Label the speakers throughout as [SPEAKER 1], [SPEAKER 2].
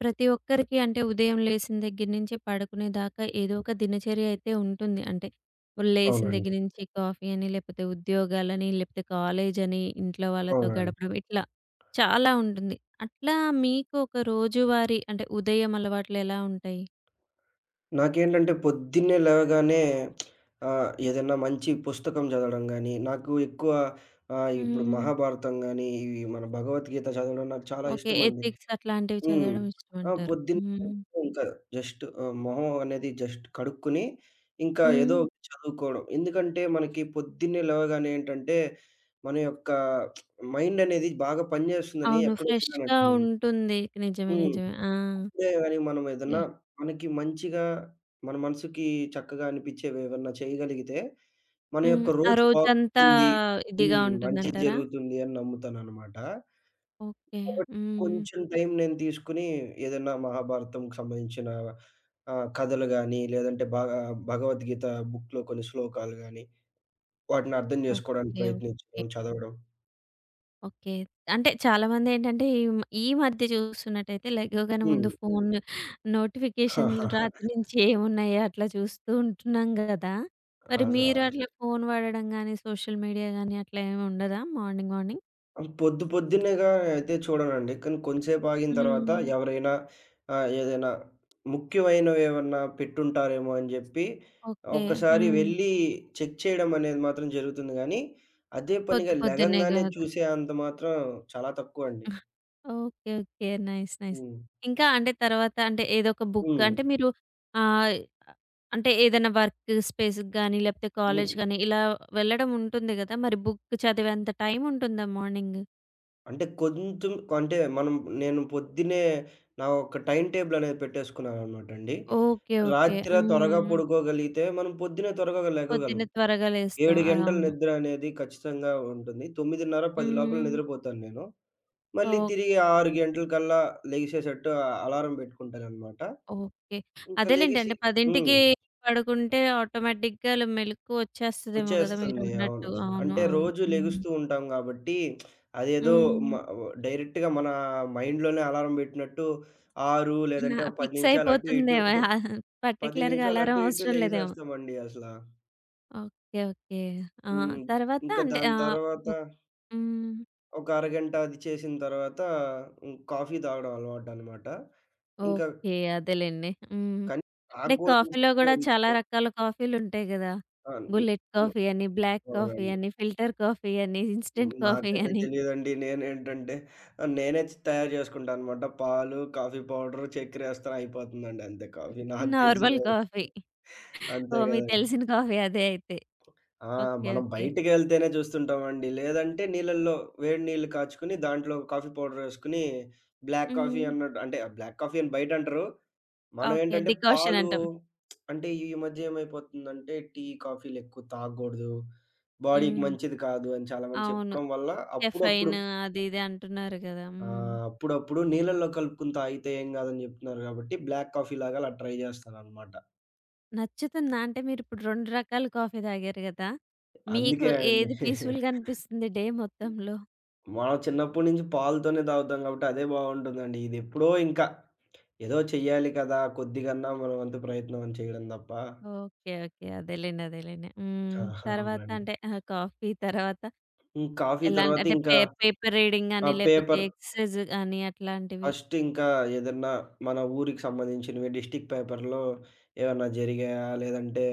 [SPEAKER 1] ప్రతి ఒక్కరికి అంటే ఉదయం లేసిన దగ్గర నుంచి పడుకునేదాకా ఏదో ఒక దినచర్య అయితే ఉంటుంది. అంటే లేసిన దగ్గర
[SPEAKER 2] అవునండి.
[SPEAKER 1] నుంచి కాఫీ అని, లేకపోతే ఉద్యోగాలని, లేకపోతే కాలేజని, ఇంట్లో వాళ్ళతో
[SPEAKER 2] అవునండి.
[SPEAKER 1] గడపడం ఇట్లా చాలా ఉంటుంది. అట్లా మీకు ఒక రోజువారీ అంటే ఉదయం అలవాట్లు ఎలా ఉంటాయి?
[SPEAKER 2] నాకేంటంటే పొద్దున్నే లేవగానే ఏదైనా మంచి పుస్తకం చదవడం గాని, నాకు ఎక్కువ ఇప్పుడు
[SPEAKER 1] హ్మ్.
[SPEAKER 2] 'మహాభారతం' గాని, ఇవి మన భగవద్గీత చదవడం నాకు చాలా
[SPEAKER 1] ఓకే.
[SPEAKER 2] ఇష్టమండి.
[SPEAKER 1] ఎథిక్స్ అట్లాంటివి
[SPEAKER 2] హ్మ్.
[SPEAKER 1] చదవడం
[SPEAKER 2] ఆ!
[SPEAKER 1] ఇష్టమంటారు.
[SPEAKER 2] పొద్దున్నే
[SPEAKER 1] హ్మ్.
[SPEAKER 2] ఇంకా జస్ట్ మొహం అనేది జస్ట్ కడుక్కొని, ఇంకా
[SPEAKER 1] హ్మ్.
[SPEAKER 2] ఏదో ఒకటి చదువుకోవడం. ఎందుకంటే మనకి పొద్దున్నే లేవగానే ఏంటంటే, మన యొక్క మైండ్ అనేది బాగా పనిచేస్తుందని
[SPEAKER 1] అవును.
[SPEAKER 2] ఎక్కడో
[SPEAKER 1] ఫ్రెష్‌గా
[SPEAKER 2] విన్నానండి నేను.
[SPEAKER 1] ఉంటుంది. నిజమే.
[SPEAKER 2] హ్మ్.
[SPEAKER 1] నిజమే. ఆ!
[SPEAKER 2] ఇప్పుడే గాని మనం ఏదన్నా
[SPEAKER 1] యాహ్!
[SPEAKER 2] మనకి మంచిగా మన మనసుకి చక్కగా అనిపించేవేవన్నా చేయగలిగితే, మన
[SPEAKER 1] హ్మ్.
[SPEAKER 2] యొక్క
[SPEAKER 1] ఆ
[SPEAKER 2] రోజు
[SPEAKER 1] రోజంతా
[SPEAKER 2] బాగుంటుంది.
[SPEAKER 1] ఇదిగా
[SPEAKER 2] హ్మ్. మంచి
[SPEAKER 1] ఉంటుందంటారా?
[SPEAKER 2] జరుగుతుంది అని నమ్ముతాననమాట.
[SPEAKER 1] ఓకే.
[SPEAKER 2] కాబట్టి
[SPEAKER 1] హ్మ్.
[SPEAKER 2] కొంచెం టైం నేను తీసుకొని ఏదైనా మహాభారతంకి సంబంధించిన కథలు గాని, లేదంటే భగవద్గీత బుక్‌లో కొన్ని శ్లోకాలు గాని, వాటిని అర్థం చేసుకోవడానికి
[SPEAKER 1] ఓకే. ఓకే.
[SPEAKER 2] ప్రయత్నించడం, చదవడం.
[SPEAKER 1] ఓకే. అంటే చాలామందేంటంటే ఈ మధ్య చూస్తున్నట్టయితే లెగవగానే ముందు
[SPEAKER 2] హ్మ్.
[SPEAKER 1] ఫోన్ నోటిఫికేషన్‌లు రాత్రి నుంచి ఏమున్నాయో అట్లా చూస్తూ ఉంటున్నాం గదా! మరి
[SPEAKER 2] ఆ!
[SPEAKER 1] మీరు అట్లా ఫోన్ వాడడం గాని, సోషల్ మీడియా గాని అట్లా ఏమి ఉండదా మార్నింగ్ మార్నింగ్?
[SPEAKER 2] అసలు పొద్దున్నేగా అయితే చూడనండి. కానీ కొంసేపు ఆగిన తర్వాత
[SPEAKER 1] హ్మ్.
[SPEAKER 2] ఎవరైనా ఏదైనా ముఖ్యమైనవేమన్నా పెట్టుంటారేమో అని జెప్పి
[SPEAKER 1] ఓకే.
[SPEAKER 2] ఒక్కసారి
[SPEAKER 1] హ్మ్.
[SPEAKER 2] వెళ్ళి చెక్ చేయడం అనేది మాత్రం జరుగుతుంది గానీ, అదే
[SPEAKER 1] పొద్దు
[SPEAKER 2] పనిగా
[SPEAKER 1] పొద్దున్నే
[SPEAKER 2] లెగంగానే
[SPEAKER 1] గాదు.
[SPEAKER 2] చూసే అంత మాత్రం చాలా తక్కువండి.
[SPEAKER 1] ఓకే. ఓకే. నైస్. నైస్.
[SPEAKER 2] హ్మ్.
[SPEAKER 1] ఇంకా అంటే తర్వాత అంటే ఏదొక బుక్
[SPEAKER 2] హ్మ్.
[SPEAKER 1] అంటే మీరు ఆహ్, అంటే ఏదైనా వర్క్ స్పేస్‌కి గాని, లేకపోతే కాలేజ్
[SPEAKER 2] హ్మ్.
[SPEAKER 1] గాని ఇలా వెళ్ళడం ఉంటుంది గదా! మరి బుక్ చదివేంత టైం ఉంటుందా మార్నింగ్?
[SPEAKER 2] అంటే కొంచెం అంటే మనం నేను పొద్దున్నే నా ఒక టైమ్ టేబుల్ అనేది పెట్టేసుకున్నాననమాటండి.
[SPEAKER 1] ఓకే. ఓకే.
[SPEAKER 2] రాత్ర త్వరగా
[SPEAKER 1] హ్మ్.
[SPEAKER 2] పడుకోగలిగితే మనం పొద్దున్నే త్వరగా లెగగలం.
[SPEAKER 1] పొద్దున్నే త్వరగా లేస్తాం.
[SPEAKER 2] 7 గంటలు
[SPEAKER 1] అవును.
[SPEAKER 2] నిద్ర అనేది ఖచ్చితంగా ఉంటుంది. 9:30, 10 లోపల
[SPEAKER 1] హ్మ్.
[SPEAKER 2] నిద్రపోతాను నేను. మళ్ళీ
[SPEAKER 1] ఓహ్!
[SPEAKER 2] తిరిగి 6 గంటలకల్లా లెగిసేసట్టు అలారం పెట్టుకుంటాననమాట.
[SPEAKER 1] ఓకే.
[SPEAKER 2] ఇంకా
[SPEAKER 1] అదేలెండి.
[SPEAKER 2] లెగిసి
[SPEAKER 1] అంటే 10కి
[SPEAKER 2] హ్మ్.
[SPEAKER 1] పడుకుంటే ఆటోమేటిక్‌గా మెలుకువ వచ్చేస్తదేమో గదా!
[SPEAKER 2] వచ్చేస్తుంది.
[SPEAKER 1] మీరన్నట్టు.
[SPEAKER 2] అవును.
[SPEAKER 1] అవును.
[SPEAKER 2] అంటే
[SPEAKER 1] అవును.
[SPEAKER 2] రోజు
[SPEAKER 1] హ్మ్.
[SPEAKER 2] లెగుస్తూ ఉంటాం గాబట్టి, అదేదో మ
[SPEAKER 1] హ్మ్.
[SPEAKER 2] డైరెక్ట్‌గా మన మైండ్‌లోనే అలారం పెట్టినట్టు 6
[SPEAKER 1] ఆహా!
[SPEAKER 2] లేదంటే ఒక 10
[SPEAKER 1] ఫిక్స్
[SPEAKER 2] నిమిషాలు అటు ఇటు
[SPEAKER 1] అయిపోతుందేమో.
[SPEAKER 2] 10
[SPEAKER 1] పర్టిక్యులర్‌గా
[SPEAKER 2] నిమిషాలు
[SPEAKER 1] అలారం
[SPEAKER 2] అటు ఇటు
[SPEAKER 1] అవసరం లేదేమో.
[SPEAKER 2] లెగిసేస్తామండి అసల.
[SPEAKER 1] ఓకే. ఓకే. ఆ!
[SPEAKER 2] హ్మ్.
[SPEAKER 1] తర్వాత
[SPEAKER 2] ఇంకా
[SPEAKER 1] అంటే
[SPEAKER 2] దాని తర్వాత
[SPEAKER 1] బుక్ హ్మ్.
[SPEAKER 2] ఒక అరగంట అది చేసిన తర్వాత కాఫీ తాగడం అలవాటనమాట. ఇంకా
[SPEAKER 1] ఓకే. అదేలెండి. హ్మ్.
[SPEAKER 2] కానీ
[SPEAKER 1] అంటే
[SPEAKER 2] తాగకూడదని
[SPEAKER 1] కాఫీలో
[SPEAKER 2] చెప్తూ
[SPEAKER 1] గూడా చాలా
[SPEAKER 2] ఉంటారు.
[SPEAKER 1] రకాల కాఫీలుంటాయి గదా!
[SPEAKER 2] ఆ!
[SPEAKER 1] బుల్లెట్
[SPEAKER 2] నిజంగా
[SPEAKER 1] కాఫీ అని, బ్లాక్ కాఫీ
[SPEAKER 2] అవునండి.
[SPEAKER 1] అని, ఫిల్టర్ కాఫీ అని,
[SPEAKER 2] హ్మ్.
[SPEAKER 1] ఇన్‌స్టంట్ కాఫీ
[SPEAKER 2] నాకన్నీ
[SPEAKER 1] అని,
[SPEAKER 2] తెలీదండి. నేనేంటంటే నేనే తయారు చేసుకుంటాననమాట. పాలు, కాఫీ పౌడర్, చక్కెరేస్తాను అయిపోతుందండి అంతే కాఫీ. నాకు తెలిసిన
[SPEAKER 1] నార్మల్
[SPEAKER 2] వరకు.
[SPEAKER 1] కాఫీ.
[SPEAKER 2] అంతే
[SPEAKER 1] ఓహ్! మీకు
[SPEAKER 2] గదండీ.
[SPEAKER 1] తెలిసిన కాఫీ అదే అయితే.
[SPEAKER 2] ఆ!
[SPEAKER 1] ఓకే.
[SPEAKER 2] మనం
[SPEAKER 1] ఓకే.
[SPEAKER 2] బయటికెళ్తేనే చూస్తుంటామండి. లేదంటే నీళ్ళల్లో వేడి నీళ్ళు కాచుకొని దాంట్లో కాఫీ పౌడరేసుకొని బ్లాక్ కాఫీ
[SPEAKER 1] హ్మ్.
[SPEAKER 2] అన్నట్టు అంటే బ్లాక్ కాఫీ అని బయటంటరు. మనం
[SPEAKER 1] ఓకే.
[SPEAKER 2] ఏంటంటే
[SPEAKER 1] డికాషన్
[SPEAKER 2] పాలు
[SPEAKER 1] అంటాం.
[SPEAKER 2] అంటే ఈ మధ్య ఏమైపోతుందంటే టీ, కాఫీలు ఎక్కువ తాగకూడదు. బాడీకి
[SPEAKER 1] హ్మ్.
[SPEAKER 2] మంచిది కాదు అని చాలామంది
[SPEAKER 1] అవును.
[SPEAKER 2] చెప్పడం వల్ల అప్పుడప్పుడు
[SPEAKER 1] కెఫెయిన్ అది ఇది అంటున్నారు గదా!
[SPEAKER 2] ఆ!
[SPEAKER 1] హ్మ్.
[SPEAKER 2] అప్పుడప్పుడు నీళ్ళల్లో కలుపుకొని తాగితే ఏం కాదని చెప్తున్నారు కాబట్టి బ్లాక్ కాఫీ లాగా అలా ట్రై చేస్తాననమాట.
[SPEAKER 1] నచ్చుతుందా? అంటే మీరిప్పుడు 2 రకాల కాఫీ తాగారు గదా! మీకు
[SPEAKER 2] అందుకే అండి.
[SPEAKER 1] ఏది పీస్‌ఫుల్‌గా అనిపిస్తుంది డే మొత్తంలో?
[SPEAKER 2] మనం చిన్నప్పటి నుంచి పాలతోనే తాగుతాం కాబట్టి అదే బావుంటుందండి. ఇది ఎప్పుడో ఇంకా ఏదో చెయ్యాలి కదా! కొద్దిగన్నా మన వంతు ప్రయత్నం అని చేయడం తప్ప.
[SPEAKER 1] ఓకే. ఓకే. అదేలెండి. అదేలెండి.
[SPEAKER 2] ఆ!
[SPEAKER 1] హ్మ్. తర్వాత
[SPEAKER 2] అవునండి.
[SPEAKER 1] అంటే కాఫీ తర్వాత
[SPEAKER 2] హ్మ్. కాఫీ
[SPEAKER 1] ఎలా
[SPEAKER 2] తర్వాత
[SPEAKER 1] అంటే
[SPEAKER 2] ఇంకా
[SPEAKER 1] పేపర్ రీడింగ్
[SPEAKER 2] ఆ!
[SPEAKER 1] గాని, లేపోతే
[SPEAKER 2] పేపర్
[SPEAKER 1] ఎక్సర్సైజ్ గాని అట్లాంటివి.
[SPEAKER 2] ఫస్ట్ ఇంకా ఏదన్నా మన ఊరికి సంబంధించినవి డిస్ట్రిక్ట్ పేపర్‌లో ఏమన్నా జరిగాయా? లేదంటే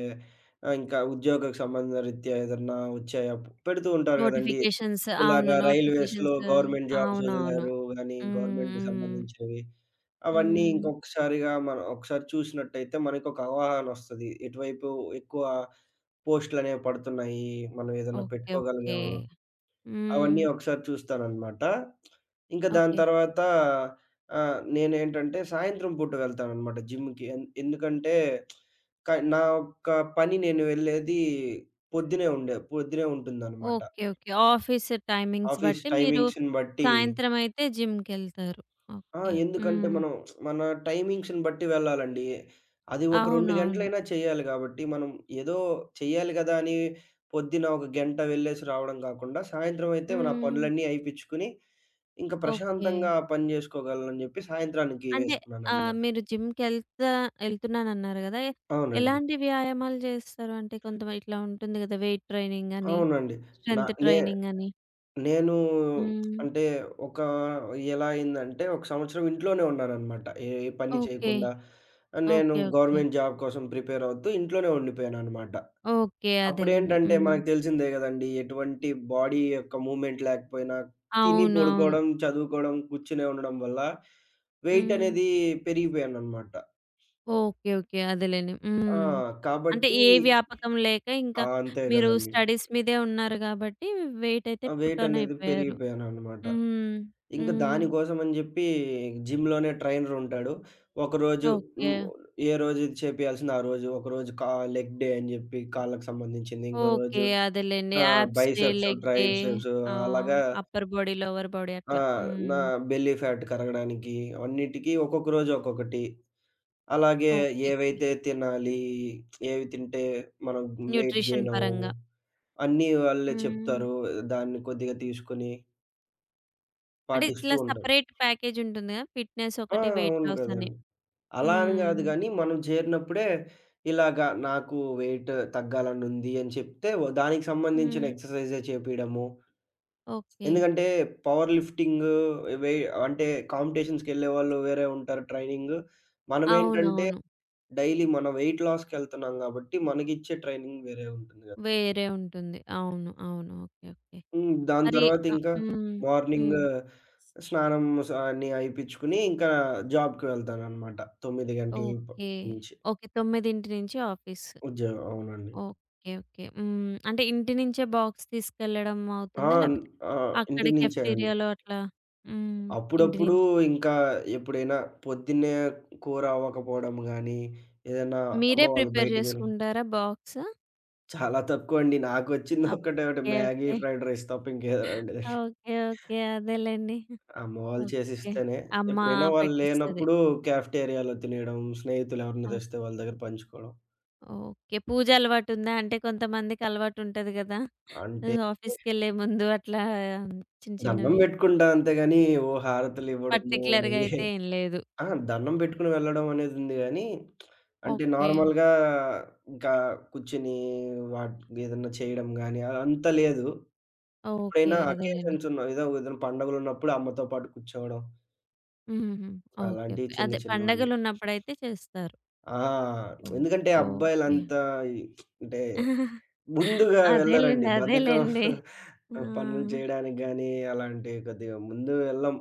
[SPEAKER 2] ఇంకా ఉద్యోగకు సంబంధ రీత్యా ఏదన్నా వచ్చాయా? పెడుతూ ఉంటారు గదండీ!
[SPEAKER 1] నోటిఫికేషన్స్ అవును.
[SPEAKER 2] ఇలాగా రైల్వేస్‌లో
[SPEAKER 1] నోటిఫికేషన్స్
[SPEAKER 2] గవర్నమెంట్ జాబ్స్
[SPEAKER 1] అవునవును.
[SPEAKER 2] వదిలారు అని
[SPEAKER 1] హ్మ్.
[SPEAKER 2] గవర్నమెంట్‌కి
[SPEAKER 1] హ్మ్.
[SPEAKER 2] సంబంధించినవి. అవన్నీ
[SPEAKER 1] హ్మ్.
[SPEAKER 2] ఇంకొకసారిగా మనం ఒకసారి చూసినట్టయితే మనకొక అవగాహన వస్తది. ఎటువైపు ఎక్కువ పోస్టులనేవి పడుతున్నాయి. మనం ఏదన్నా
[SPEAKER 1] ఓకే. ఓకే.
[SPEAKER 2] పెట్టుకోగలిగామా?
[SPEAKER 1] హ్మ్.
[SPEAKER 2] అవన్నీ ఒకసారి చూస్తాననమాట. ఇంక దాని
[SPEAKER 1] ఓకే.
[SPEAKER 2] తర్వాత నేనేంటంటే సాయంత్రం పూట వెళ్తాననమాట జిమ్‌కి. ఎందుకంటే నా యొక్క పని నేను వెళ్ళేది పొద్దునే ఉంటుందనమాట.
[SPEAKER 1] Okay. Okay. Office timings
[SPEAKER 2] office
[SPEAKER 1] బట్టి మీరు
[SPEAKER 2] టైమింగ్స్‌ని బట్టి
[SPEAKER 1] సాయంత్రమైతే జిమ్‌కెళ్తారు.
[SPEAKER 2] ఆ!
[SPEAKER 1] ఓకే.
[SPEAKER 2] ఎందుకంటే
[SPEAKER 1] హ్మ్.
[SPEAKER 2] మనం మన టైమింగ్స్‌ని బట్టి వెళ్ళాలండి. అది ఒక 2
[SPEAKER 1] అవునవును.
[SPEAKER 2] గంటలైనా చేయాలి గాబట్టి, మనం ఏదో చెయ్యాలి గదా! అని పొద్దున ఒక గంట వెళ్ళేసి రావడం గాకుండా, సాయంత్రం అయితే నా
[SPEAKER 1] హ్మ్.
[SPEAKER 2] పనులన్నీ అయిపిచ్చుకొని ఇంక
[SPEAKER 1] ఓకే.
[SPEAKER 2] ప్రశాంతంగా పని జేసుకోగలనని జెప్పి సాయంత్రానికి
[SPEAKER 1] అంటే
[SPEAKER 2] వేసుకున్నాననమాట.
[SPEAKER 1] మీరు ఎళ్తున్నానన్నారు గదా!
[SPEAKER 2] అవునండి.
[SPEAKER 1] ఎలాంటి వ్యాయామాలు జేస్తారు? అంటే కొంత ఇట్లా ఉంటుంది గదా! వెయిట్ ట్రైనింగ్ అని,
[SPEAKER 2] అవునండి. నా
[SPEAKER 1] స్ట్రెంత్
[SPEAKER 2] నే
[SPEAKER 1] ట్రైనింగ్ అని.
[SPEAKER 2] నేను
[SPEAKER 1] హ్మ్.
[SPEAKER 2] అంటే ఒక ఎలా అయిందంటే, ఒక సంవత్సరం ఇంట్లోనే ఉన్నాననమాట. ఏ ఏ పని
[SPEAKER 1] ఓకే.
[SPEAKER 2] చేయకుండా. నేను
[SPEAKER 1] ఓకే. ఓకే.
[SPEAKER 2] గవర్నమెంట్ జాబ్ కోసం ప్రిపేర్ అవుతూ ఇంట్లోనే ఉండిపోయాననమాట.
[SPEAKER 1] ఓకే. అదేలెండి.
[SPEAKER 2] అప్పుడేంటంటే
[SPEAKER 1] హ్మ్.
[SPEAKER 2] మనకు తెలిసిందే గదండీ! ఎటువంటి బాడీ యొక్క మూవ్‌మెంట్ లేకపోయినా, తిని
[SPEAKER 1] అవును. అవును.
[SPEAKER 2] పడుకోవడం, చదువుకోవడం, కూర్చునే ఉండడం వల్ల వెయిట్
[SPEAKER 1] హ్మ్.
[SPEAKER 2] అనేది పెరిగిపోయాననమాట.
[SPEAKER 1] ఓకే. ఓకే. అదేలెండి.
[SPEAKER 2] ఆ!
[SPEAKER 1] హ్మ్. అంటే
[SPEAKER 2] కాబట్టి
[SPEAKER 1] ఏ వ్యాపకం లేక ఇంకా
[SPEAKER 2] ఆ! అంతే
[SPEAKER 1] మీరు
[SPEAKER 2] గదండీ.
[SPEAKER 1] స్టడీస్ మీదే ఉన్నారు గాబట్టి వెయిట్ అయితే
[SPEAKER 2] ఆ! వెయిట్ అనేది
[SPEAKER 1] పుట్టోనయిపోయారు.
[SPEAKER 2] పెరిగిపోయాననమాట.
[SPEAKER 1] హ్మ్.
[SPEAKER 2] ఇంక
[SPEAKER 1] హ్మ్.
[SPEAKER 2] దానికోసం అని జెప్పి జిమ్‌లోనే ట్రైనర్ ఉంటాడు. ఒకరోజు
[SPEAKER 1] ఓకే.
[SPEAKER 2] హ్మ్. ఏ రోజు ఇది చేపియాల్సిందో ఆ రోజు, ఒకరోజు లెగ్ డే అని జెప్పి కాళ్ళకి సంబంధించింది. ఇంకో
[SPEAKER 1] ఓకే.
[SPEAKER 2] రోజు
[SPEAKER 1] అదేలెండి. Abs day,
[SPEAKER 2] biceps,
[SPEAKER 1] leg day
[SPEAKER 2] triceps
[SPEAKER 1] ఆ!
[SPEAKER 2] అలాగా
[SPEAKER 1] అప్పర్ బాడీ, లోవర్ బాడీ
[SPEAKER 2] ఆ!
[SPEAKER 1] అట్లా.
[SPEAKER 2] నా
[SPEAKER 1] హ్మ్.
[SPEAKER 2] బెల్లీ ఫ్యాట్ కరగడానికి అన్నిటికి ఒక్కొక్క రోజు ఒక్కొక్కటి. అలాగే
[SPEAKER 1] ఓకే.
[SPEAKER 2] ఏవైతే తినాలి, ఏవి తింటే మనం వెయిట్
[SPEAKER 1] న్యూట్రిషన్
[SPEAKER 2] గెయిన్ అవ్వము
[SPEAKER 1] పరంగా.
[SPEAKER 2] అన్నీ వాళ్ళే
[SPEAKER 1] హ్మ్.
[SPEAKER 2] చెప్తారు. దాన్ని కొద్దిగా తీసుకొని
[SPEAKER 1] అంటే
[SPEAKER 2] పాటిస్తూ
[SPEAKER 1] ఇట్లా
[SPEAKER 2] ఉంటారు.
[SPEAKER 1] సెపరేట్ ప్యాకేజ్ ఉంటుంది గదా! ఫిట్‌నెస్
[SPEAKER 2] ఆ!
[SPEAKER 1] ఒకటి, వెయిట్
[SPEAKER 2] అవును
[SPEAKER 1] లాస్ అని.
[SPEAKER 2] గదండీ. అలా అని
[SPEAKER 1] హ్మ్.
[SPEAKER 2] గాదు గానీ, మనం చేరినప్పుడే ఇలాగ నాకు వెయిట్ తగ్గాలనుంది అని చెప్తే, దానికి సంబంధించిన
[SPEAKER 1] హ్మ్.
[SPEAKER 2] ఎక్సర్‌సైజే చేపియడము.
[SPEAKER 1] ఓకే.
[SPEAKER 2] ఎందుకంటే, పవర్ లిఫ్టింగ్ వె అంటే కాంపిటీషన్స్‌కెళ్ళేవాళ్ళు వేరే ఉంటారు ట్రైనింగ్. మనమేంటంటే,
[SPEAKER 1] అవునవును.
[SPEAKER 2] డైలీ మన వెయిట్ లాస్‌కెళ్తున్నాం గాబట్టి, మనకిచ్చే ట్రైనింగ్ వేరే ఉంటుంది గదా!
[SPEAKER 1] వేరే ఉంటుంది. అవును. అవును. ఓకే. ఓకే.
[SPEAKER 2] హ్మ్. దాని
[SPEAKER 1] మరి
[SPEAKER 2] తర్వాత ఇంకా
[SPEAKER 1] హ్మ్.
[SPEAKER 2] మార్నింగ్
[SPEAKER 1] హ్మ్.
[SPEAKER 2] స్నానం అన్నీ అయిపిచ్చుకొని, ఇంకా జాబ్‌కి వెళ్తాననమాట. 9 గంటల
[SPEAKER 1] ఓకే.
[SPEAKER 2] నుంచి.
[SPEAKER 1] ఓకే. 9 నుంచి ఆఫీస్.
[SPEAKER 2] ఉద్యోగం అవునండి.
[SPEAKER 1] ఓకే. ఓకే. హ్మ్. అంటే ఇంటి నుంచే బాక్స్ తీసుకెళ్ళడం
[SPEAKER 2] ఆ!
[SPEAKER 1] అవుతుందా? లేకపోతే
[SPEAKER 2] ఆ!
[SPEAKER 1] అక్కడ
[SPEAKER 2] ఇంటి నుంచే అండి.
[SPEAKER 1] కెఫ్టీరియాలో అట్లా హ్మ్. ఇంటి
[SPEAKER 2] అప్పుడప్పుడు
[SPEAKER 1] నుంచి.
[SPEAKER 2] ఇంకా ఎప్పుడైనా పొద్దున్నే కూర అవ్వకపోవడం గానీ, ఏదైనా అమ్మ
[SPEAKER 1] మీరే
[SPEAKER 2] వాళ్ళు
[SPEAKER 1] ప్రిపేర్
[SPEAKER 2] బయటికెళ్ళి
[SPEAKER 1] చేసుకుంటారా బాక్స్?
[SPEAKER 2] చాలా తక్కువండి. నాకొచ్చిందొక్కటే ఒకటి
[SPEAKER 1] okay.
[SPEAKER 2] Maggi,
[SPEAKER 1] okay.
[SPEAKER 2] Fried rice తప్ప ఇంకేదో 2 దండి.
[SPEAKER 1] ఓకే. ఓకే. అదేలెండి.
[SPEAKER 2] అమ్మ వాళ్ళు
[SPEAKER 1] ఓకే.
[SPEAKER 2] చేసిస్తేనే.
[SPEAKER 1] అమ్మ
[SPEAKER 2] ఎప్పుడైనా వాళ్ళు
[SPEAKER 1] పెట్టిస్తది.
[SPEAKER 2] లేనప్పుడు క్యాఫ్‌టేరియాలో తినేయడం, స్నేహితులు ఎవరైనా
[SPEAKER 1] ఓహ్!
[SPEAKER 2] తెస్తే వాళ్ళ దగ్గర పంచుకోవడం.
[SPEAKER 1] ఓకే. పూజ అలవాటుందా? అంటే కొంతమందికి అలవాటుంటది కదా!
[SPEAKER 2] అంటే
[SPEAKER 1] ఆఫీస్‌కెళ్ళే ముందు అట్లా చిన్న
[SPEAKER 2] దండం
[SPEAKER 1] చిన్నవి.
[SPEAKER 2] పెట్టుకుంటా అంతే గాని, ఓ హారతులు ఇవ్వడము
[SPEAKER 1] పర్టిక్యులర్‌గా
[SPEAKER 2] అవి
[SPEAKER 1] అయితే ఏం లేదు.
[SPEAKER 2] ఆ! దండం పెట్టుకొని వెళ్ళడం అనేది ఉంది గానీ, అంటే
[SPEAKER 1] ఓకే.
[SPEAKER 2] నార్మల్‌గా ఇంకా కూర్చొని వాట్ ఏదన్నా చేయడం గాని అంత లేదు.
[SPEAKER 1] ఓకే.
[SPEAKER 2] ఎప్పుడైనా
[SPEAKER 1] అదేలెండి.
[SPEAKER 2] అకేషన్స్ ఉన్న ఏదో ఏదైనా పండుగలున్నప్పుడు అమ్మతో పాటు కూర్చోవడం.
[SPEAKER 1] హుహుహు. ఓకే.
[SPEAKER 2] అలాంటివి
[SPEAKER 1] ఓకే.
[SPEAKER 2] చిన్న
[SPEAKER 1] అదే
[SPEAKER 2] చిన్నవండి.
[SPEAKER 1] పండగలున్నప్పుడైతే చేస్తారు.
[SPEAKER 2] ఆ!
[SPEAKER 1] ఓహ్!
[SPEAKER 2] ఎందుకంటే
[SPEAKER 1] ఓకే.
[SPEAKER 2] అబ్బాయిలంతా అంటే ముందుగా వెళ్ళరండి.
[SPEAKER 1] అదేలెండి.
[SPEAKER 2] బద్ధకం
[SPEAKER 1] అదేలెండి. ఆ!
[SPEAKER 2] పనులు చేయడానికి గానీ, అలాంటి కొద్దిగా ముందు వెళ్ళం.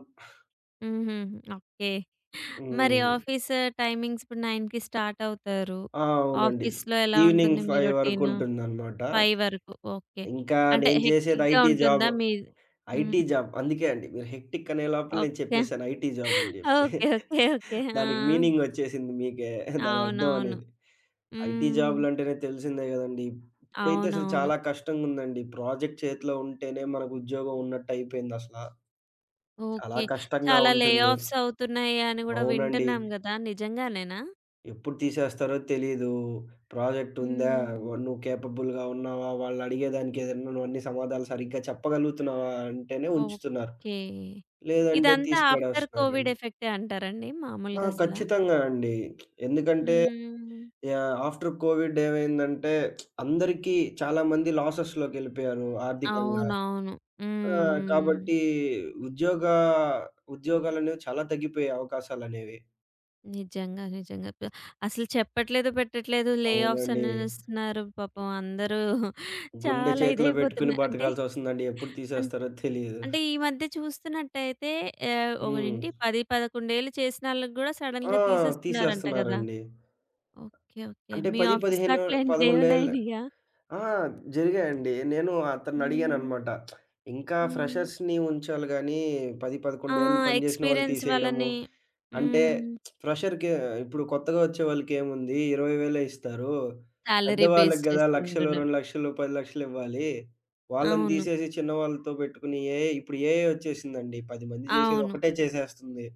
[SPEAKER 1] హుహు. ఓకే. మరి
[SPEAKER 2] హ్మ్.
[SPEAKER 1] ఆఫీస్ టైమింగ్స్ ఇప్పుడు 9కి స్టార్ట్ అవుతారు.
[SPEAKER 2] ఆ! అవునండి.
[SPEAKER 1] ఆఫీస్‌లో ఎలా ఉంటుంది
[SPEAKER 2] ఈవినింగ్
[SPEAKER 1] మీ
[SPEAKER 2] 5
[SPEAKER 1] రొటీను?
[SPEAKER 2] వరకుంటుందనమాట.
[SPEAKER 1] 5 వరకు. ఓకే.
[SPEAKER 2] ఇంకా
[SPEAKER 1] అంటే
[SPEAKER 2] నేను చేసేది
[SPEAKER 1] హెక్టిక్‌గా
[SPEAKER 2] ఐటీ జాబ్.
[SPEAKER 1] ఉంటుందా మీ హ్మ్.
[SPEAKER 2] IT job. అందుకే అండి మీరు హెక్టిక్ అనే లోపల నేను
[SPEAKER 1] ఓకే.
[SPEAKER 2] చెప్పేసాను ఐటీ జాబ్ అని జెప్పి.
[SPEAKER 1] ఓకే. ఓకే. ఓకే. ఆ!
[SPEAKER 2] దానికి మీనింగ్ వచ్చేసింది మీకే దాని అర్థం
[SPEAKER 1] అవునవును.
[SPEAKER 2] అనేది. ఐటీ
[SPEAKER 1] హ్మ్.
[SPEAKER 2] జాబ్‌లంటేనే తెలిసిందే గదండీ! ఇప్పుడైతే అసలు
[SPEAKER 1] అవునవును.
[SPEAKER 2] చాలా కష్టంగుందండి. ప్రాజెక్ట్ చేతిలో ఉంటేనే మనకు ఉద్యోగం ఉన్నట్టయిపోయిందసల. చాలా
[SPEAKER 1] ఓకే.
[SPEAKER 2] కష్టంగా
[SPEAKER 1] చాలా లే
[SPEAKER 2] ఉంటుంది.
[SPEAKER 1] ఆఫ్స్ అవుతున్నాయి అని గూడా
[SPEAKER 2] అవునండి.
[SPEAKER 1] వింటున్నాం గదా! నిజంగానేనా?
[SPEAKER 2] ఎప్పుడు తీసేస్తారో తెలీదు. ప్రాజెక్ట్ ఉందా?
[SPEAKER 1] హ్మ్.
[SPEAKER 2] నువ్వు కేపబుల్‌గా ఉన్నావా? వాళ్ళు అడిగేదానికి ఏదన్నా నువ్వన్నీ సమాధానాలు సరిగ్గా చెప్పగలుగుతున్నావా అంటేనే ఉంచుతున్నారు.
[SPEAKER 1] ఓకే.
[SPEAKER 2] లేదంటే
[SPEAKER 1] ఇదంతా
[SPEAKER 2] తీసి
[SPEAKER 1] ఆఫ్టర్ కోవిడ్
[SPEAKER 2] పడేస్తున్నారండి.
[SPEAKER 1] ఎఫెక్టే అంటారండి
[SPEAKER 2] ఆ!
[SPEAKER 1] మామూలుగా అసలా?
[SPEAKER 2] ఖచ్చితంగా అండి. ఎందుకంటే
[SPEAKER 1] హ్మ్.
[SPEAKER 2] ఆఫ్టర్ కోవిడ్ ఏమైందంటే అందరికీ చాలా మంది లాసెస్‌లోకెళ్ళిపోయారు ఆర్థికంగా.
[SPEAKER 1] అవునవును.
[SPEAKER 2] ఆ!
[SPEAKER 1] హ్మ్. హ్మ్.
[SPEAKER 2] కాబట్టి ఉద్యోగ ఉద్యోగాలనేవి చాలా తగ్గిపోయాయి అవకాశాలనేవి.
[SPEAKER 1] నిజంగా. నిజంగా. అసలు చెప్పట్లేదు, పెట్టట్లేదు. లే ఆఫ్స్
[SPEAKER 2] అవునండి.
[SPEAKER 1] అనేస్తున్నారు. పాపం అందరూ
[SPEAKER 2] గుండె
[SPEAKER 1] చాలా
[SPEAKER 2] చేతిలో బెట్టుకొని
[SPEAKER 1] ఇదైపోతున్నారు. అంటే
[SPEAKER 2] బతకాల్సొస్తుందండి. ఎప్పుడు తీసేస్తారో తెలీదు.
[SPEAKER 1] అంటే ఈ మధ్య చూస్తున్నట్టయితే
[SPEAKER 2] హ్మ్.
[SPEAKER 1] ఒకటేంటి 10, 11 ఏళ్ళు చేసిన ఆళ్ళకి గూడా
[SPEAKER 2] ఆ!
[SPEAKER 1] సడెన్‌గా తీసేస్తున్నారంట గదా!
[SPEAKER 2] తీసేస్తున్నారండి.
[SPEAKER 1] ఓకే. ఓకే.
[SPEAKER 2] అంటే
[SPEAKER 1] మీ
[SPEAKER 2] 10,
[SPEAKER 1] ఆఫీస్‌లో
[SPEAKER 2] 15 11 ఏళ్ల
[SPEAKER 1] అట్లాంటియేమైనాయినియా?
[SPEAKER 2] ఆ! జరిగాయండి. నేను
[SPEAKER 1] హ్మ్.
[SPEAKER 2] అతన్నడిగాననమాట. ఇంకా
[SPEAKER 1] హ్మ్.
[SPEAKER 2] ఫ్రెషర్స్‌ని ఉంచాలి గానీ 10,
[SPEAKER 1] ఆ!
[SPEAKER 2] 11 ఏళ్ళు పని జేసిన వాళ్ళు
[SPEAKER 1] ఎక్స్‌పీరియన్స్
[SPEAKER 2] తీసేయడము.
[SPEAKER 1] వాళ్ళని
[SPEAKER 2] అంటే
[SPEAKER 1] హ్మ్.
[SPEAKER 2] ఫ్రెషర్‌కి ఇప్పుడు కొత్తగా వచ్చే వాళ్ళకేముంది 20,000 ఇస్తారు.
[SPEAKER 1] సాలరీ బేస్
[SPEAKER 2] పెద్దవాళ్ళకి గదా! లక్షలు,
[SPEAKER 1] చేసుకుంటున్నారు.
[SPEAKER 2] 2,00,000, 10,00,000 ఇవ్వాలి. వాళ్ళని
[SPEAKER 1] అవును.
[SPEAKER 2] తీసేసి చిన్న వాళ్ళతో పెట్టుకుని ఇప్పుడు ఏఐ వచ్చేసిందండి. 10 మంది జేసేది
[SPEAKER 1] అవును.
[SPEAKER 2] ఒకటే చేసేస్తుంది.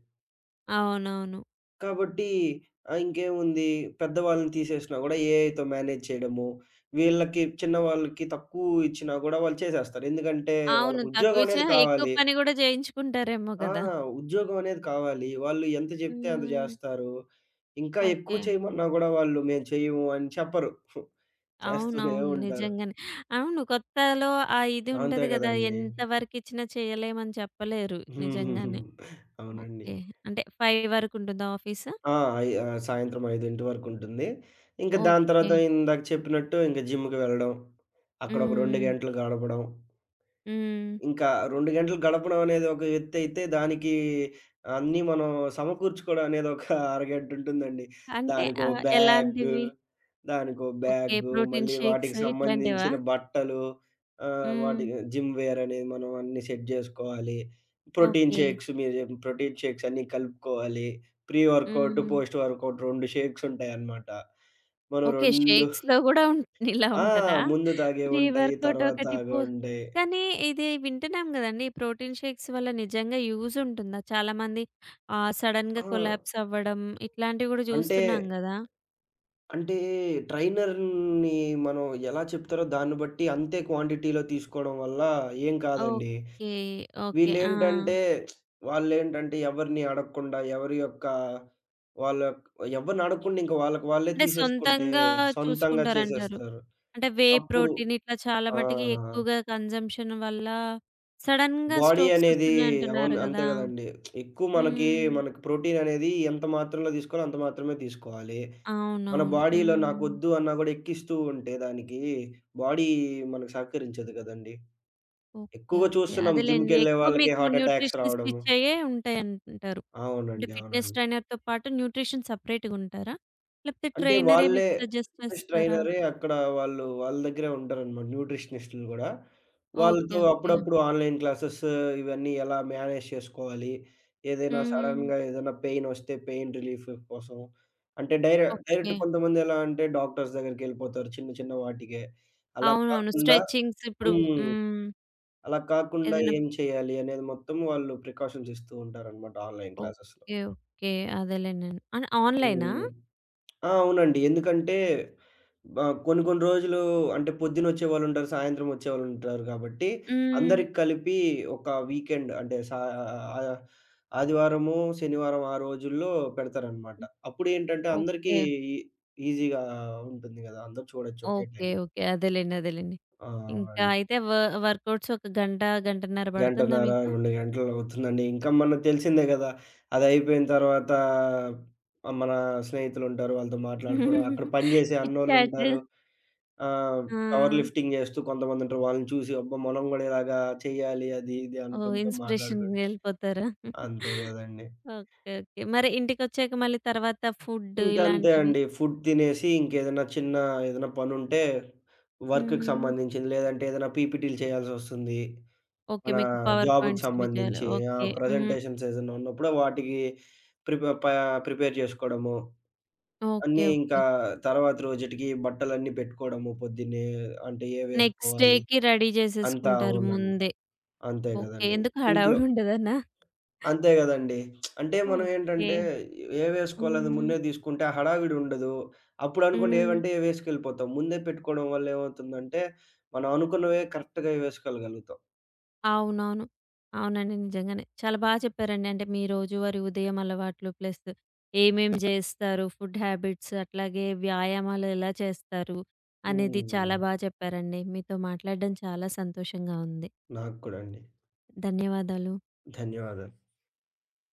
[SPEAKER 1] అవునవును.
[SPEAKER 2] కాబట్టి ఇంకేముంది పెద్దవాళ్ళని తీసేసినా గూడా ఏఐతో మేనేజ్ చేయడము. వీళ్ళకి చిన్న వాళ్ళకి తక్కువ ఇచ్చినా గూడా వాళ్ళు చేసేస్తారు. ఎందుకంటే
[SPEAKER 1] అవును.
[SPEAKER 2] వాళ్ళకి ఉద్యోగం
[SPEAKER 1] తక్కువిచ్చినా
[SPEAKER 2] అనేది
[SPEAKER 1] ఎక్కువ
[SPEAKER 2] కావాలి.
[SPEAKER 1] పని గూడా జేయించుకుంటారేమో
[SPEAKER 2] ఆ!
[SPEAKER 1] గదా!
[SPEAKER 2] ఉద్యోగం అనేది కావాలి. వాళ్ళు ఎంత జెప్తే అంత
[SPEAKER 1] హ్మ్.
[SPEAKER 2] జేస్తారు. ఇంకా
[SPEAKER 1] ఓకే.
[SPEAKER 2] ఎక్కువ చేయమన్నా గూడా వాళ్ళు మేము చెయ్యము అని చెప్పరు. చేస్తూనే
[SPEAKER 1] అవునవును.
[SPEAKER 2] ఉంటారు.
[SPEAKER 1] నిజంగానే. అవును. కొత్తలో ఆ ఇది
[SPEAKER 2] అంతే
[SPEAKER 1] ఉంటది గదా!
[SPEAKER 2] గదండీ!
[SPEAKER 1] ఎంత వరకిచ్చినా చేయలేమని చెప్పలేరు. నిజంగానే.
[SPEAKER 2] అవునండి.
[SPEAKER 1] ఓకే. అంటే 5 వరకుంటుందా ఆఫీసు?
[SPEAKER 2] ఆ! సాయంత్రం 5:00 వరకుంటుంది. ఇంక దాని
[SPEAKER 1] ఓకే.
[SPEAKER 2] తర్వాత ఇందాక చెప్పినట్టు ఇంక జిమ్‌కి వెళ్ళడం. అక్కడ ఒక 2
[SPEAKER 1] హ్మ్.
[SPEAKER 2] గంటలు గడపడం.
[SPEAKER 1] హ్మ్.
[SPEAKER 2] ఇంకా 2 గంటలు గడపడం అనేది ఒక ఎత్తయితే, దానికి అన్నీ మనం సమకూర్చుకోవడం అనేది ఒక అరగంటుంటుందండి.
[SPEAKER 1] అంటే
[SPEAKER 2] దానికో బ్యాగు,
[SPEAKER 1] ఎలాంటివి?
[SPEAKER 2] దానికో
[SPEAKER 1] ఓకే.
[SPEAKER 2] బ్యాగు,
[SPEAKER 1] ప్రోటీన్
[SPEAKER 2] మళ్ళీ
[SPEAKER 1] షేక్స్
[SPEAKER 2] వాటికి
[SPEAKER 1] ఇట్లాంటివా?
[SPEAKER 2] సంబంధించిన బట్టలు,
[SPEAKER 1] హ్మ్.
[SPEAKER 2] వాటి జిమ్ వేర్ అనేది మనం అన్నీ సెట్ జేసుకోవాలి.
[SPEAKER 1] ఓకే.
[SPEAKER 2] ప్రోటీన్ షేక్స్ అన్నీ కలుపుకోవాలి. ప్రీ వర్కౌట్,
[SPEAKER 1] హ్మ్.
[SPEAKER 2] పోస్ట్ వర్కౌట్ 2 షేక్స్ ఉంటాయన్నమాట. మనం
[SPEAKER 1] ఓకే.
[SPEAKER 2] 2
[SPEAKER 1] షేక్స్‌లో గూడా ఇలా
[SPEAKER 2] ఆ!
[SPEAKER 1] ఉంటదా?
[SPEAKER 2] ముందు
[SPEAKER 1] ప్రీ
[SPEAKER 2] తాగేవుంటాయి,
[SPEAKER 1] వర్కౌట్
[SPEAKER 2] తర్వాత
[SPEAKER 1] ఒకటి పో
[SPEAKER 2] తాగేవుంటాయి.
[SPEAKER 1] కానీ ఇది వింటున్నాం గదండీ! ప్రోటీన్ షేక్స్ వల్ల నిజంగా యూజ్ ఉంటుందా? చాలామంది సడెన్‌గా
[SPEAKER 2] ఆ!
[SPEAKER 1] కొలాప్స్ అవ్వడం ఇట్లాంటివి గూడా
[SPEAKER 2] అంటే
[SPEAKER 1] చూస్తున్నాం గదా!
[SPEAKER 2] అంటే ట్రైనర్‌ని మనం ఎలా చెప్తారో దాన్ని బట్టి అంతే క్వాంటిటీలో తీసుకోవడం వల్ల ఏం కాదండి.
[SPEAKER 1] ఓకే. ఓకే. ఆ!
[SPEAKER 2] వీళ్ళేంటంటే వాళ్ళేంటంటే ఎవరిని అడగకుండా ఎవరి యొక్క వాళ్ళ ఎవరిని అడగకుండా ఇంక వాళ్ళకి వాళ్ళే
[SPEAKER 1] అంటే
[SPEAKER 2] తీసేసుకుంటే
[SPEAKER 1] సొంతంగా
[SPEAKER 2] సొంతంగా
[SPEAKER 1] చూసుకుంటారంటారు.
[SPEAKER 2] చేసేస్తారు.
[SPEAKER 1] అంటే వే
[SPEAKER 2] అప్పుడు
[SPEAKER 1] ప్రోటీన్ ఇట్లా చాలా
[SPEAKER 2] ఆ!
[SPEAKER 1] మటికి ఎక్కువగా కన్జంప్షన్ వల్ల సడెన్‌గా
[SPEAKER 2] బాడీ
[SPEAKER 1] స్ట్రోక్స్
[SPEAKER 2] అనేది అవును.
[SPEAKER 1] వస్తున్నాయంటున్నారు
[SPEAKER 2] అంతే
[SPEAKER 1] గదా!
[SPEAKER 2] గదండీ. ఎక్కువ మనకి,
[SPEAKER 1] హ్మ్.
[SPEAKER 2] మనకి ప్రోటీన్ అనేది ఎంత మాత్రలో దీసుకోవాలో అంత మాత్రమే తీసుకోవాలి. మన
[SPEAKER 1] అవునవును.
[SPEAKER 2] బాడీలో
[SPEAKER 1] హ్మ్.
[SPEAKER 2] నాకొద్దు అన్నా గూడా ఎక్కిస్తూ ఉంటే దానికి బాడీ మనకు సహకరించదు గదండీ.
[SPEAKER 1] ఓకే.
[SPEAKER 2] ఎక్కువగా
[SPEAKER 1] ఓకే.
[SPEAKER 2] చూస్తున్నాం
[SPEAKER 1] అదేలెండి.
[SPEAKER 2] జిమ్‌కెళ్ళే
[SPEAKER 1] ఎక్కువ
[SPEAKER 2] వాళ్ళకి
[SPEAKER 1] మీకు
[SPEAKER 2] హార్ట్ అటాక్స్
[SPEAKER 1] న్యూట్రిషనిస్ట్
[SPEAKER 2] రావడము.
[SPEAKER 1] ఇచ్చేయే ఉంటాయంటారు. అంటే
[SPEAKER 2] అవునండి.
[SPEAKER 1] ఫిట్‌నెస్
[SPEAKER 2] అవునండి.
[SPEAKER 1] ట్రైనర్‌తో పాటు న్యూట్రిషన్ సెపరేట్‌గా ఉంటారా? లేకపోతే
[SPEAKER 2] అంటే
[SPEAKER 1] ట్రైనరే మీకు
[SPEAKER 2] వాళ్ళే
[SPEAKER 1] సజెస్ట్
[SPEAKER 2] ఫిట్‌నెస్
[SPEAKER 1] చేస్తారా?
[SPEAKER 2] ట్రైనరే అక్కడ వాళ్ళు వాళ్ళ దగ్గరే ఉంటారనమాట న్యూట్రిషనిస్టులు గూడా.
[SPEAKER 1] ఓకే.
[SPEAKER 2] వాళ్ళతో
[SPEAKER 1] ఓకే.
[SPEAKER 2] అప్పుడప్పుడు ఆన్‌లైన్ క్లాసెస్ ఇవన్నీ ఎలా మేనేజ్ చేసుకోవాలి? ఏదైనా
[SPEAKER 1] హ్మ్.
[SPEAKER 2] సడెన్‌గా ఏదైనా పెయినొస్తే పెయిన్ రిలీఫ్ కోసం అంటే డైరెక్ట్
[SPEAKER 1] ఓకే.
[SPEAKER 2] కొంతమంది ఎలా అంటే డాక్టర్స్ దగ్గరికెళ్ళిపోతారు చిన్న చిన్న వాటికే. అలా
[SPEAKER 1] అవునవును.
[SPEAKER 2] కాకుండా
[SPEAKER 1] స్ట్రెచింగ్స్ ఇప్పుడు
[SPEAKER 2] హ్మ్.
[SPEAKER 1] హ్మ్.
[SPEAKER 2] అలా కాకుండా
[SPEAKER 1] ఏదైనా
[SPEAKER 2] ఏం చేయాలి అనేది మొత్తం వాళ్ళు ప్రికాషన్స్ ఇస్తూ ఉంటారనమాట ఆన్‌లైన్ క్లాసెస్‌లో.
[SPEAKER 1] ఓకే. ఓకే. అదేలెండి. ఆన్‌లైనా?
[SPEAKER 2] హ్మ్. ఆ! అవునండి. ఎందుకంటే బ కొన్ని కొన్ని రోజులు అంటే పొద్దునొచ్చేవాళ్ళుంటారు, సాయంత్రం వచ్చేవాళ్ళుంటారు కాబట్టి,
[SPEAKER 1] హ్మ్.
[SPEAKER 2] అందరికి కలిపి ఒక వీకెండ్ అంటే ఆహ్, ఆదివారము, శనివారం ఆ రోజుల్లో పెడతారనమాట. అప్పుడేంటంటే అందరికీ
[SPEAKER 1] ఓకే.
[SPEAKER 2] ఈ ఈజీగా ఉంటుంది గదా! అందరూ చూడొచ్చు ఒకే
[SPEAKER 1] ఓకే.
[SPEAKER 2] టైంలో.
[SPEAKER 1] ఓకే. అదేలెండి. అదేలెండి.
[SPEAKER 2] ఆ!
[SPEAKER 1] ఇంకా
[SPEAKER 2] అవునండి.
[SPEAKER 1] అయితే వర్కౌట్స్ ఒక గంట, గంటన్నర పడుతుందా
[SPEAKER 2] గంటన్నర,
[SPEAKER 1] మీకు?
[SPEAKER 2] 2 గంటలు అవుతుందండి. ఇంకా మనకు తెలిసిందే గదా! అదయిపోయిన తర్వాత మన స్నేహితులుంటారు. వాళ్ళతో మాట్లాడుకోవడం, అక్కడ పని జేసే
[SPEAKER 1] చిట్ చాట్.
[SPEAKER 2] అన్నోళ్ళుంటారు. ఆ!
[SPEAKER 1] ఆ!
[SPEAKER 2] పవర్ లిఫ్టింగ్ జేస్తూ కొంతమందుంటారు. వాళ్ళని చూసి అబ్బా! మనం గూడా ఇలాగా చేయాలి అది ఇది
[SPEAKER 1] ఓహ్!
[SPEAKER 2] అనుకుంటూ
[SPEAKER 1] ఇన్‌స్పిరేషన్‌కి
[SPEAKER 2] మాట్లాడుకుం
[SPEAKER 1] వెళ్ళిపోతారా?
[SPEAKER 2] అంతే గదండీ.
[SPEAKER 1] ఓకే. ఓకే. మరి ఇంటికొచ్చాక మళ్ళీ తర్వాత ఫుడ్
[SPEAKER 2] ఇంకంతే
[SPEAKER 1] ఇలాంటివి?
[SPEAKER 2] అండి. ఫుడ్ తినేసి ఇంకేదైనా చిన్న ఏదైనా పనుంటే వర్క్‌కి
[SPEAKER 1] హ్మ్.
[SPEAKER 2] సంబంధించింది లేదంటే ఏదైనా పీపీటీలు చేయాల్సొస్తుంది.
[SPEAKER 1] ఓకే.
[SPEAKER 2] మన
[SPEAKER 1] మీకు పవర్
[SPEAKER 2] జాబ్‌కి
[SPEAKER 1] పాయింట్స్ ఇవి చేయాలి.
[SPEAKER 2] సంబంధించి ఆ!
[SPEAKER 1] ఓకే. హ్మ్.
[SPEAKER 2] ప్రజెంటేషన్స్ ఏదైనా ఉన్నప్పుడు వాటికి ప్రిప ప ప్రిపేర్ జేసుకోవడము.
[SPEAKER 1] ఓకే.
[SPEAKER 2] అన్నీ
[SPEAKER 1] ఓకే.
[SPEAKER 2] ఇంకా తర్వాత రోజుటికి బట్టలన్నీ పెట్టుకోవడము పొద్దున్నే అంటే
[SPEAKER 1] నెక్స్ట్
[SPEAKER 2] ఏవేసుకోవాలి
[SPEAKER 1] డేకి రెడీ
[SPEAKER 2] అంతా
[SPEAKER 1] చేసేసుకుంటారు
[SPEAKER 2] అవునండి.
[SPEAKER 1] ముందే.
[SPEAKER 2] అంతే
[SPEAKER 1] ఓకే.
[SPEAKER 2] గదండీ.
[SPEAKER 1] ఎందుకు
[SPEAKER 2] ఇంట్లో
[SPEAKER 1] హడావుడి ఉండదనా?
[SPEAKER 2] అంతే గదండీ. అంటే మనం
[SPEAKER 1] ఓకే.
[SPEAKER 2] ఏంటంటే ఏవేసుకోవాలనేది
[SPEAKER 1] హ్మ్.
[SPEAKER 2] ముందే తీసుకుంటే ఆ హడావిడి ఉండదు. అప్పుడు అనుకోండి
[SPEAKER 1] హ్మ్.
[SPEAKER 2] ఏవంటే ఏవి ఏసుకెళ్ళిపోతాం. ముందే పెట్టుకోవడం వల్ల ఏమవుతుందంటే మనం అనుకున్నవే కరెక్ట్‌గా వేసుకోగలుగుతాం.
[SPEAKER 1] అవునవును. అవునండి. నిజంగానే. చాలా బా చెప్పారండి. అంటే మీ రోజువారీ ఉదయం అలవాట్లు ప్లస్ ఏమేం జేస్తారు, ఫుడ్ హ్యాబిట్స్ అట్లాగే వ్యాయామాలు ఎలా చేస్తారు అనేది చాలా
[SPEAKER 2] హ్మ్.
[SPEAKER 1] బా చెప్పారండి. మీతో మాట్లాడడం చాలా సంతోషంగా ఉంది.
[SPEAKER 2] నాకు కూడా అండి.
[SPEAKER 1] ధన్యవాదాలు.
[SPEAKER 2] ధన్యవాదాలు.